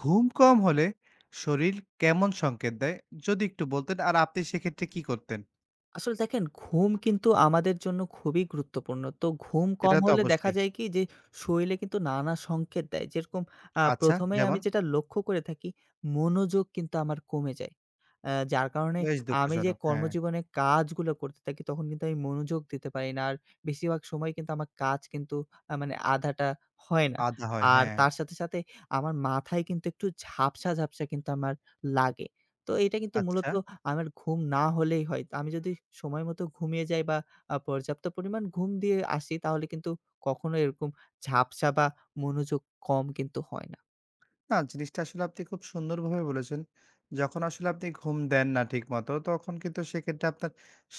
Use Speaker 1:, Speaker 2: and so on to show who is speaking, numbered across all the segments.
Speaker 1: ঘুম কম হলে শরীর কেমন সংকেত দেয়? যদি একটু বলতেন আর আপনি সেক্ষেত্রে কি করতেন?
Speaker 2: আসলে দেখেন, ঘুম কিন্তু আমাদের জন্য খুবই গুরুত্বপূর্ণ। তো ঘুম
Speaker 1: এটা
Speaker 2: কম
Speaker 1: তো
Speaker 2: হলে দেখা
Speaker 1: অবশ্যই।
Speaker 2: যায় কি যে, শরীরে কিন্তু নানা সংকেত দেয়। যেরকম
Speaker 1: আচ্ছা,
Speaker 2: ১ম এই
Speaker 1: যেমন?
Speaker 2: আমি যেটা লক্ষ্য করে থাকি, মনোযোগ কিন্তু আমার কমে যায়। যার কারণে
Speaker 1: বেশ
Speaker 2: আমি যে
Speaker 1: দুঃখজনক। হ্যাঁ,
Speaker 2: কর্মজীবনে কাজগুলো করতে থাকি, তখন কিন্তু আমি মনোযোগ দিতে পারি না। আর বেশিরভাগ সময় কিন্তু আমার কাজ কিন্তু মানে আধাটা হয় না।
Speaker 1: আধা হয়।
Speaker 2: আর
Speaker 1: হ্যাঁ,
Speaker 2: তার সাথে, সাথে আমার মাথায় কিন্তু একটু ঝাপসা, ঝাপসা কিন্তু আমার লাগে। তো এটা কিন্তু
Speaker 1: আচ্ছা।
Speaker 2: মূলত আমার ঘুম না হলেই হয়। আমি যদি সময় মতো ঘুমিয়ে যাই বা পর্যাপ্ত পরিমাণ ঘুম দিয়ে আসি, তাহলে কিন্তু কখনো এরকম ঝাপসা বা মনোযোগ কম কিন্তু হয় না।
Speaker 1: না, জিনিসটা আসলে আপনি খুব সুন্দরভাবে বলেছেন। যখন আসলে আপনি ঘুম দেন না ঠিকমতো, তখন কিন্তু সেক্ষেত্রে আপনার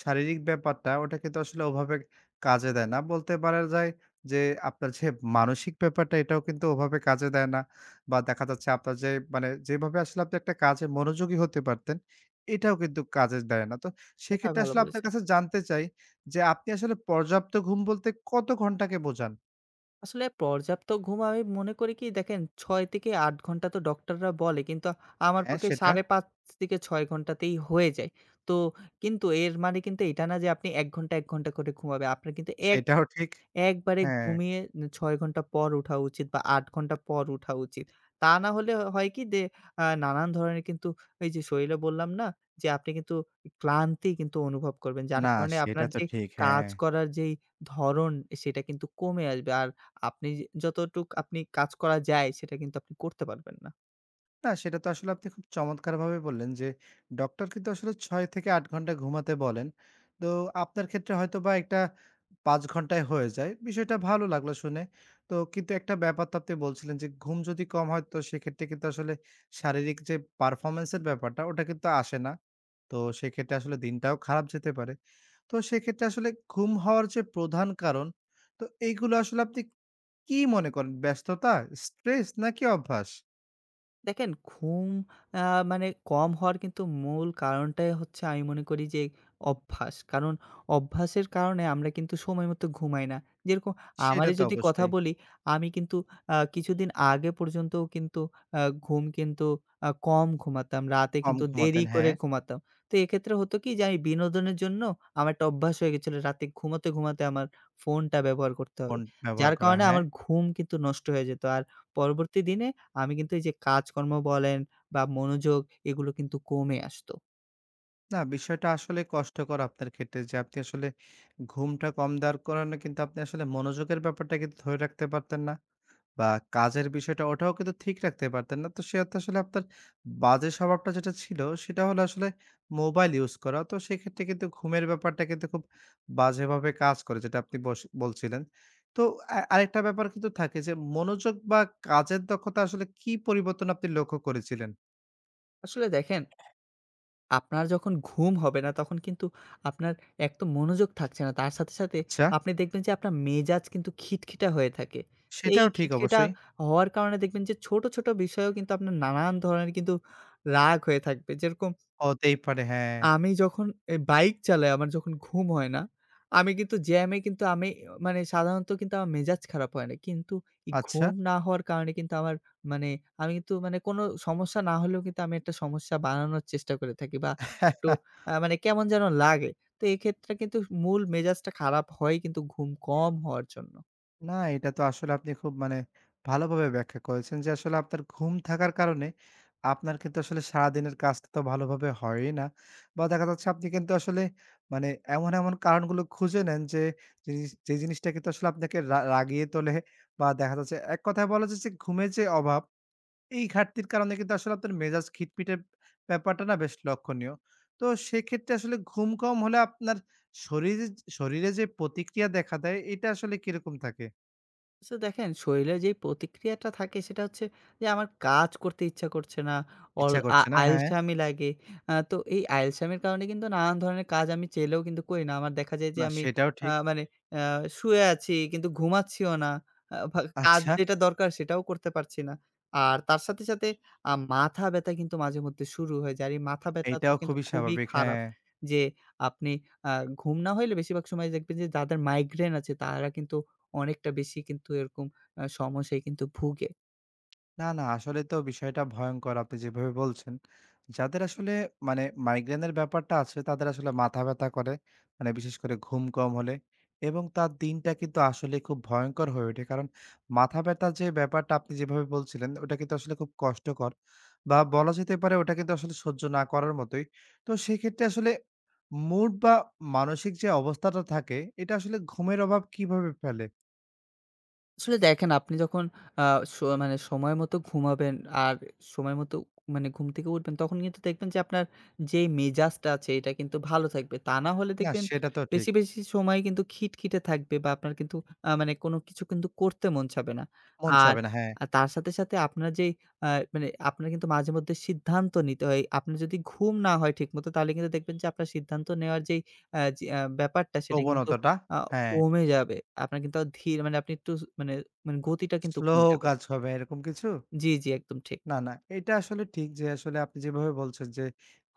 Speaker 1: শারীরিক ব্যাপারটা, ওটা কিন্তু আসলে ওভাবে কাজে দেয় না। বলতে পারা যায় যে, আপনার যে মানসিক ব্যাপারটা, এটাও কিন্তু ওভাবে কাজে দেয় না। বা দেখা যাচ্ছে আপনার যে মানে যেভাবে আসলে আপনি একটা কাজে মনোযোগী হতে পারতেন, এটাও কিন্তু কাজে দেয় না। তো
Speaker 2: এটা
Speaker 1: সেক্ষেত্রে
Speaker 2: ভালো
Speaker 1: আসলে আপনার
Speaker 2: বলেছেন।
Speaker 1: কাছে জানতে চাই যে, আপনি আসলে পর্যাপ্ত ঘুম বলতে কত ঘন্টাকে বোঝান?
Speaker 2: আসলে পর্যাপ্ত ঘুম আমি মনে করি কি, দেখেন ৬ থেকে ৮ ঘন্টা তো ডক্টররা বলে, কিন্তু আমার
Speaker 1: হ্যাঁ,
Speaker 2: পক্ষে ৫.৫ থেকে ৬ ঘন্টাতেই হয়ে যায়। তো কিন্তু এর মানে কিন্তু এটা না যে, আপনি ১ ঘন্টা, ১ ঘন্টা করে ঘুমাবে। আপনার কিন্তু
Speaker 1: সেটাও ঠিক।
Speaker 2: একবারে
Speaker 1: হ্যাঁ।
Speaker 2: ঘুমিয়ে ৬ ঘন্টা পর উঠা উচিত, বা ৮ ঘন্টা পর উঠা উচিত। তা না হলে হয় কি যে, নানান ধরনের কিন্তু, এই যে শরীরে বললাম না, যে আপনি কিন্তু ক্লান্তি কিন্তু অনুভব করবেন। যার
Speaker 1: না,
Speaker 2: কারণে
Speaker 1: সেটা
Speaker 2: আপনার
Speaker 1: তো
Speaker 2: যে
Speaker 1: ঠিক, হ্যাঁ।
Speaker 2: কাজ করার যেই ধরন, সেটা কিন্তু কমে আসবে। আর আপনি যতটুক আপনি কাজ করা যায়, সেটা কিন্তু আপনি করতে পারবেন না।
Speaker 1: না, সেটা তো আসলে আপনি খুব চমৎকারভাবে বললেন যে, ডক্টর কিন্তু আসলে ৬ থেকে ৮ ঘন্টা ঘুমাতে বলেন। তো আপনার ক্ষেত্রে হয়তোবা একটা ৫ ঘন্টায় হয়ে যায়। বিষয়টা ভালো লাগলো শুনে। তো কিন্তু একটা ব্যাপার তো আপনি বলছিলেন যে, ঘুম যদি কম হয় তো সেক্ষেত্রে কিন্তু আসলে শারীরিক যে পারফরম্যান্স এর ব্যাপারটা ওটা কিন্তু আসে না। তো সেক্ষেত্রে আসলে দিনটাও খারাপ যেতে পারে। তো সেক্ষেত্রে আসলে ঘুম হওয়ার যে প্রধান কারণ, তো এইগুলো আসলে আপনি কি মনে করেন? ব্যস্ততা, স্ট্রেস নাকি অভ্যাস?
Speaker 2: দেখেন, ঘুম আ মানে কম হওয়ার কিন্তু মূল কারণটাই হচ্ছে, আমি মনে করি যে অভ্যাস। কারণ অভ্যাসের কারণে আমরা কিন্তু সময় মতো ঘুমাই না। যেরকম
Speaker 1: সেটা
Speaker 2: আমারই
Speaker 1: তো
Speaker 2: যদি কথা
Speaker 1: অবশ্যই।
Speaker 2: বলি, আমি কিন্তু কিছুদিন আগে পর্যন্তও কিন্তু আ ঘুম কিন্তু কম ঘুমাতাম। রাতে
Speaker 1: কম
Speaker 2: কিন্তু দেরি
Speaker 1: ঘুমাতেন,
Speaker 2: করে
Speaker 1: হ্যাঁ।
Speaker 2: ঘুমাতাম। তো এক্ষেত্রে হতো কি যে, আমি বিনোদনের জন্য আমার একটা অভ্যাস হয়ে গেছিল, রাতে ঘুমাতে, ঘুমাতে আমার ফোনটা ব্যবহার করতে
Speaker 1: ফোন
Speaker 2: হবে।
Speaker 1: ব্যবহার
Speaker 2: যার
Speaker 1: করা,
Speaker 2: কারণে
Speaker 1: হ্যাঁ।
Speaker 2: আমার ঘুম কিন্তু নষ্ট হয়ে যেত। আর পরবর্তী দিনে আমি কিন্তু এই যে কাজকর্ম বলেন, বা মনোযোগ, এগুলো কিন্তু কমে আসতো।
Speaker 1: না বিষয়টা আসলে কষ্টকর আপনার ক্ষেত্রে যে আপনি আসলে ঘুমটা কম দেওয়ার কারণে কিন্তু আপনি আসলে মনোযোগের ব্যাপারটা কিন্তু ধরে রাখতে পারতেন না। বা কাজের বিষয়টা ওটাও কিন্তু ঠিক রাখতে পারতেন না। তো সে অর্থে আসলে আপনার বাজে স্বভাবটা যেটা ছিল সেটা হলো আসলে মোবাইল ইউজ করা। তো সেক্ষেত্রে কিন্তু ঘুমের ব্যাপারটা কিন্তু খুব বাজেভাবে কাজ করে যেটা আপনি বস বলছিলেন। তো আরেকটা ব্যাপার কিন্তু থাকে যে মনোযোগ বা কাজের দক্ষতা আসলে কি পরিবর্তন আপনি লক্ষ্য করেছিলেন?
Speaker 2: আসলে দেখেন, আপনার যখন ঘুম হবে না, তখন কিন্তু আপনার এক তো মনোযোগ থাকছে না। তার সাথে, সাথে
Speaker 1: আচ্ছা।
Speaker 2: আপনি দেখবেন যে, আপনার মেজাজ কিন্তু খিটখিটা হয়ে থাকে। তো এই
Speaker 1: সেটাও ঠিক
Speaker 2: খিটখিটা
Speaker 1: অবশ্যই।
Speaker 2: হওয়ার কারণে দেখবেন যে, ছোট, ছোট বিষয়েও কিন্তু আপনার নানান ধরনের কিন্তু রাগ হয়ে থাকবে। যেরকম
Speaker 1: হতেই পারে হ্যাঁ,
Speaker 2: আমি যখন বাইক চালাই, আমার যখন ঘুম হয় না, আমি কিন্তু জ্যামে কিন্তু আমি মানে, সাধারণত কিন্তু আমার মেজাজ খারাপ হয় না। কিন্তু এই
Speaker 1: আচ্ছা।
Speaker 2: ঘুম না হওয়ার কারণে কিন্তু আমার মানে, আমি কিন্তু মানে কোনো সমস্যা না হলেও কিন্তু আমি একটা সমস্যা বানানোর চেষ্টা করে থাকি, বা একটু মানে কেমন যেন লাগে। তো এক্ষেত্রে কিন্তু মূল মেজাজটা খারাপ হয় কিন্তু ঘুম কম হওয়ার জন্য।
Speaker 1: না, এটা তো আসলে আপনি খুব মানে ভালোভাবে ব্যাখ্যা করেছেন যে আসলে আপনার ঘুম থাকার কারণে আপনার কিন্তু আসলে সারাদিনের কাজটা তো ভালোভাবে হয়ই না। বা দেখা যাচ্ছে আপনি কিন্তু আসলে মানে এমন কারণগুলো খুঁজে নেন যে যে জিনিসটা কিন্তু আসলে আপনাকে রাগিয়ে তোলে বা দেখা যাচ্ছে এক কথায় বলা যায় যে ঘুমের যে অভাব এই ঘাটতির কারণে কিন্তু আসলে আপনার মেজাজ খিটখিটে ব্যাপারটা না বেশ লক্ষণীয়। তো সেক্ষেত্রে আসলে ঘুম কম হলে আপনার শরীরে শরীরে যে প্রতিক্রিয়া দেখা দেয় এটা আসলে কিরকম থাকে?
Speaker 2: তো দেখেন, শরীরে যেই প্রতিক্রিয়াটা থাকে সেটা হচ্ছে যে, আমার কাজ করতে ইচ্ছা করছে না, অল
Speaker 1: ইচ্ছা
Speaker 2: আ
Speaker 1: করছে না, হ্যাঁ।
Speaker 2: আলসামি লাগে। তো এই আলসামির কারণে কিন্তু নানান ধরনের কাজ আমি চাইলেও কিন্তু করি না। আমার দেখা যায় যে,
Speaker 1: না
Speaker 2: আমি
Speaker 1: সেটাও ঠিক।
Speaker 2: মানে আ শুয়ে আছি, কিন্তু ঘুমাচ্ছিও না। আ ভা কাজ
Speaker 1: আচ্ছা,
Speaker 2: যেটা দরকার সেটাও করতে পারছি না। আর তার সাথে, সাথে মাথা ব্যথা কিন্তু মাঝে মধ্যে শুরু হয়ে যায়। আর এই মাথা ব্যথাটা
Speaker 1: এটাও
Speaker 2: কিন্তু
Speaker 1: খুবই
Speaker 2: খুবই
Speaker 1: স্বাভাবিক,
Speaker 2: খারাপ।
Speaker 1: হ্যাঁ।
Speaker 2: যে আপনি আ ঘুম না হইলে, বেশিরভাগ সময় দেখবেন যে, যাদের মাইগ্রেন আছে তারা কিন্তু অনেকটা বেশি কিন্তু এরকম সমস্যায় কিন্তু ভুগে।
Speaker 1: না, না আসলে তো বিষয়টা ভয়ংকর আপনি যেভাবে বলছেন। যাদের আসলে মানে মাইগ্রেনের ব্যাপারটা আছে তাদের আসলে মাথা ব্যথা করে। মানে বিশেষ করে ঘুম কম হলে এবং তার দিনটা কিন্তু আসলে খুব ভয়ংকর হয়ে ওঠে। কারণ মাথা ব্যথার যে ব্যাপারটা আপনি যেভাবে বলছিলেন ওটা কিন্তু আসলে খুব কষ্টকর বা বলা যেতে পারে ওটা কিন্তু আসলে সহ্য না করার মতোই। তো সেক্ষেত্রে আসলে মুড বা মানসিক যে অবস্থাটা থাকে এটা আসলে ঘুমের অভাব কিভাবে ফেলে?
Speaker 2: আসলে দেখেন, আপনি যখন আ স মানে সময় মতো ঘুমাবেন, আর সময় মতো মানে ঘুম থেকে উঠবেন, তখন কিন্তু দেখবেন যে, আপনার যেই মেজাজটা আছে এটা কিন্তু ভালো থাকবে। তা না হলে
Speaker 1: না
Speaker 2: দেখবেন,
Speaker 1: সেটা তো ঠিক।
Speaker 2: বেশি, বেশি সময় কিন্তু খিটখিটে থাকবে, বা আপনার কিন্তু মানে কোনো কিছু কিন্তু করতে মন চাবে না।
Speaker 1: মন
Speaker 2: আর
Speaker 1: চাবে না হ্যাঁ,
Speaker 2: তার সাথে, সাথে আপনার যেই আ মানে, আপনার কিন্তু মাঝেমধ্যে সিদ্ধান্ত নিতে হয়। আপনার যদি ঘুম না হয় ঠিকমতো, তাহলে কিন্তু দেখবেন যে, আপনার সিদ্ধান্ত নেওয়ার যেই আ যে আ ব্যাপারটা, সেটা কিন্তু
Speaker 1: প্রবণতাটা
Speaker 2: আ
Speaker 1: হ্যাঁ।
Speaker 2: কমে যাবে। আপনার কিন্তু ধীর মানে, আপনি একটু মানে, মানে গতিটা কিন্তু
Speaker 1: স্লো
Speaker 2: কমে যাবে।
Speaker 1: কাজ হবে এরকম কিছু?
Speaker 2: জি, জি, একদম ঠিক।
Speaker 1: না, না। এটা আসলে ঠিক যে আসলে আপনি যেভাবে বলছেন যে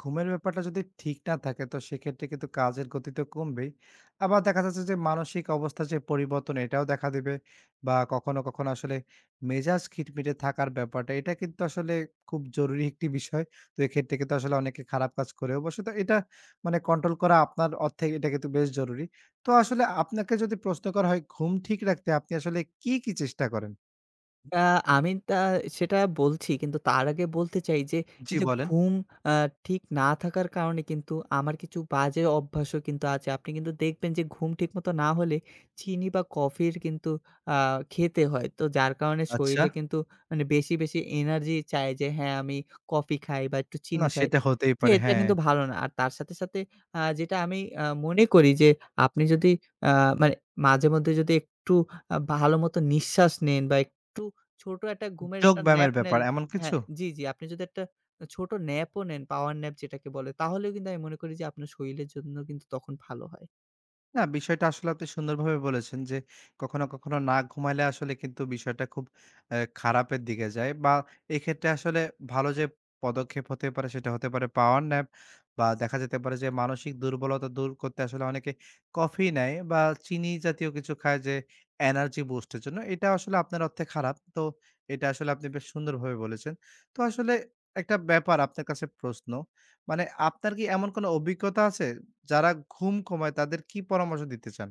Speaker 1: ঘুমের ব্যাপারটা যদি ঠিক না থাকে তো সেক্ষেত্রে কিন্তু কাজের গতি তো কমবেই। আবার দেখা যাচ্ছে যে মানসিক অবস্থার যে পরিবর্তন এটাও দেখা দেবে বা কখনো আসলে মেজাজ খিটমিটে থাকার ব্যাপারটা এটা কিন্তু আসলে খুব জরুরি একটি বিষয়। তো এক্ষেত্রে কিন্তু আসলে অনেকে খারাপ কাজ করেও বসে। তো এটা মানে কন্ট্রোল করা আপনার অর্থে এটা কিন্তু বেশ জরুরি। তো আসলে আপনাকে যদি প্রশ্ন করা হয় ঘুম ঠিক রাখতে আপনি আসলে কি চেষ্টা করেন?
Speaker 2: আ আমি সেটা বলছি, কিন্তু তার আগে বলতে চাই যে, এই
Speaker 1: জি,
Speaker 2: যে
Speaker 1: বলেন।
Speaker 2: ঘুম আ ঠিক না থাকার কারণে কিন্তু আমার কিছু বাজে অভ্যাসও কিন্তু আছে। আপনি কিন্তু দেখবেন যে, ঘুম ঠিকমতো না হলে চিনি বা কফির কিন্তু আ খেতে হয়। তো যার কারণে
Speaker 1: আচ্ছা।
Speaker 2: শরীরে কিন্তু মানে বেশি, বেশি এনার্জি চায়, যে হ্যাঁ, আমি কফি খাই বা একটু
Speaker 1: না
Speaker 2: চিনি খাই।
Speaker 1: সেটা হতেই
Speaker 2: তো
Speaker 1: পারে।
Speaker 2: এটা
Speaker 1: হ্যাঁ,
Speaker 2: কিন্তু ভালো না। আর তার সাথে, সাথে যেটা আমি মনে করি যে, আপনি যদি আ মানে মাঝে মধ্যে যদি একটু ভালো মতো নিঃশ্বাস নেন, বা ছোট একটা ঘুমের একটা
Speaker 1: যোগব্যায়ামের
Speaker 2: ন্যাপ
Speaker 1: ব্যাপার
Speaker 2: নেন।
Speaker 1: এমন কিছু?
Speaker 2: হ্যাঁ, জি, জি। আপনি যদি একটা ছোট ন্যাপও নেন, পাওয়ার ন্যাপ যেটাকে বলে, তাহলেও কিন্তু আমি মনে করি যে, আপনার শরীরের জন্য কিন্তু তখন ভালো হয়।
Speaker 1: না, বিষয়টা আসলে আপনি সুন্দরভাবে বলেছেন যে, কখনো না ঘুমাইলে আসলে কিন্তু বিষয়টা খুব খারাপের দিকে যায় বা এক্ষেত্রে আসলে ভালো যে পদক্ষেপ হতে পারে, সেটা হতে পারে পাওয়ার ন্যাপ বা দেখা যেতে পারে যে মানসিক দুর্বলতা দূর করতে আসলে অনেকে কফি নেয় বা চিনি জাতীয় কিছু খায় যে এনার্জি বুস্ট এর জন্য। এটা আসলে আপনার অর্থে খারাপ। তো এটা আসলে আপনি বেশ সুন্দরভাবে বলেছেন। তো আসলে একটা ব্যাপার আপনার কাছে প্রশ্ন। মানে আপনার কি এমন কোনো অভিজ্ঞতা আছে? যারা ঘুম কমায় তাদের কি পরামর্শ দিতে চান?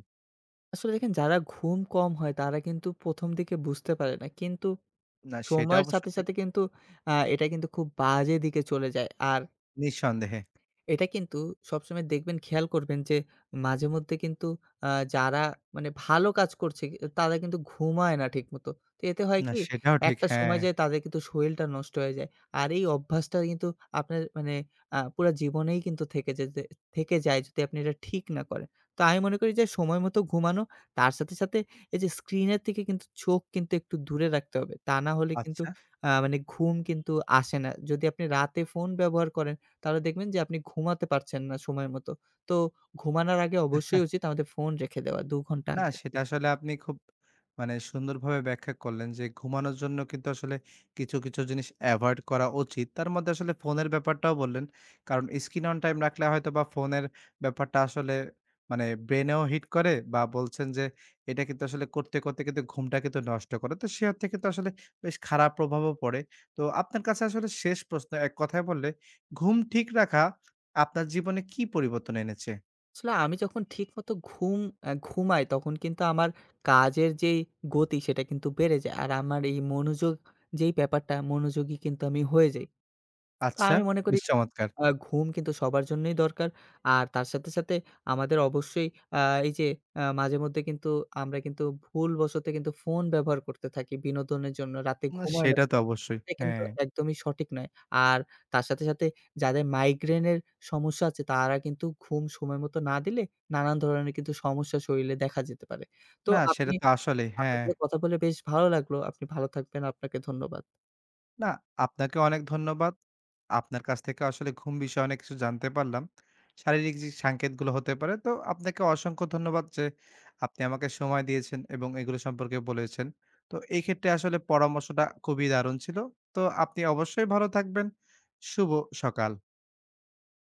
Speaker 2: আসলে দেখেন, যারা ঘুম কম হয় তারা কিন্তু ১ম দিকে বুঝতে পারে না। কিন্তু
Speaker 1: না সেটা
Speaker 2: সময়ের
Speaker 1: অবশ্য
Speaker 2: সাথে,
Speaker 1: ঠিক।
Speaker 2: সাথে কিন্তু এটা কিন্তু খুব বাজে দিকে চলে যায়। আর
Speaker 1: নিঃসন্দেহে।
Speaker 2: এটা কিন্তু সবসময় দেখবেন, খেয়াল করবেন যে, মাঝে মধ্যে কিন্তু আ যারা মানে ভালো কাজ করছে, তারা কিন্তু ঘুমায় না ঠিকমতো। তো এতে হয়
Speaker 1: না
Speaker 2: কি?
Speaker 1: সেটাও ঠিক,
Speaker 2: একটা
Speaker 1: হ্যাঁ।
Speaker 2: সময় যেয়ে তাদের কিন্তু শরীরটা নষ্ট হয়ে যায়। আর এই অভ্যাসটা কিন্তু আপনার মানে পুরা জীবনেই কিন্তু থেকে যায়, যদি আপনি এটা ঠিক না করেন। তো আমি মনে করি যে, সময় মতো ঘুমানো, তার সাথে, সাথে এই যে স্ক্রিনের থেকে কিন্তু চোখ কিন্তু একটু দূরে রাখতে হবে। তা না হলে কিন্তু
Speaker 1: আচ্ছা।
Speaker 2: মানে ঘুম কিন্তু আসে না। যদি আপনি রাতে ফোন ব্যবহার করেন, তাহলে দেখবেন যে, আপনি ঘুমাতে পারছেন না সময় মতো। তো ঘুমানোর আগে অবশ্যই উচিত আমাদের ফোন রেখে দেওয়া ২ ঘন্টা
Speaker 1: না,
Speaker 2: আগে।
Speaker 1: সেটা আসলে আপনি খুব মানে সুন্দরভাবে ব্যাখ্যা করলেন যে ঘুমানোর জন্য কিন্তু আসলে কিছু জিনিস এভয়েড করা উচিত। তার মধ্যে আসলে ফোনের ব্যাপারটাও বললেন। কারণ স্ক্রিন অন টাইম রাখলে হয়তোবা ফোনের ব্যাপারটা আসলে মানে ব্রেনেও হিট করে বা বলছেন যে এটা কিন্তু আসলে করতে কিন্তু ঘুমটা কিন্তু নষ্ট করে। তো সে অর্থে কিন্তু আসলে বেশ খারাপ প্রভাবও পড়ে। তো আপনার কাছে আসলে শেষ প্রশ্ন এক কথায় বললে ঘুম ঠিক রাখা আপনার জীবনে কি পরিবর্তন এনেছে?
Speaker 2: আসলে আমি যখন ঠিকমতো ঘুমাই, তখন কিন্তু আমার কাজের যেই গতি সেটা কিন্তু বেড়ে যায়। আর আমার এই মনোযোগ যেই ব্যাপারটা, মনোযোগী কিন্তু আমি হয়ে যাই। তো
Speaker 1: আচ্ছা,
Speaker 2: আমি মনে করি,
Speaker 1: বেশ চমৎকার।
Speaker 2: ঘুম কিন্তু সবার জন্যই দরকার। আর তার সাথে, সাথে আমাদের অবশ্যই আ এই যে মাঝেমধ্যে কিন্তু আমরা কিন্তু ভুলবশত কিন্তু ফোন ব্যবহার করতে থাকি বিনোদনের জন্য, রাতে
Speaker 1: না
Speaker 2: ঘুমায় না।
Speaker 1: সেটা তো অবশ্যই।
Speaker 2: এটা কিন্তু
Speaker 1: হ্যাঁ।
Speaker 2: একদমই সঠিক নয়। আর তার সাথে, সাথে যাদের মাইগ্রেনের সমস্যা আছে, তারা কিন্তু ঘুম সময় মতো না দিলে নানান ধরনের কিন্তু সমস্যা শরীরে দেখা যেতে পারে। তো
Speaker 1: না সেটা তো আসলেই।
Speaker 2: আপনার
Speaker 1: হ্যাঁ।
Speaker 2: সাথে কথা বলে বেশ ভালো লাগলো। আপনি ভালো থাকবেন। আপনাকে ধন্যবাদ।
Speaker 1: না আপনাকে অনেক ধন্যবাদ। আপনার কাছ থেকে আসলে ঘুম বিষয়ে অনেক কিছু জানতে পারলাম। শারীরিক যে সংকেতগুলো হতে পারে তো আপনাকে অসংখ্য ধন্যবাদ যে আপনি আমাকে সময় দিয়েছেন এবং এগুলো সম্পর্কে বলেছেন। তো এই ক্ষেত্রে আসলে পরামর্শটা খুবই দারুণ ছিল। তো আপনি অবশ্যই ভালো থাকবেন। শুভ সকাল।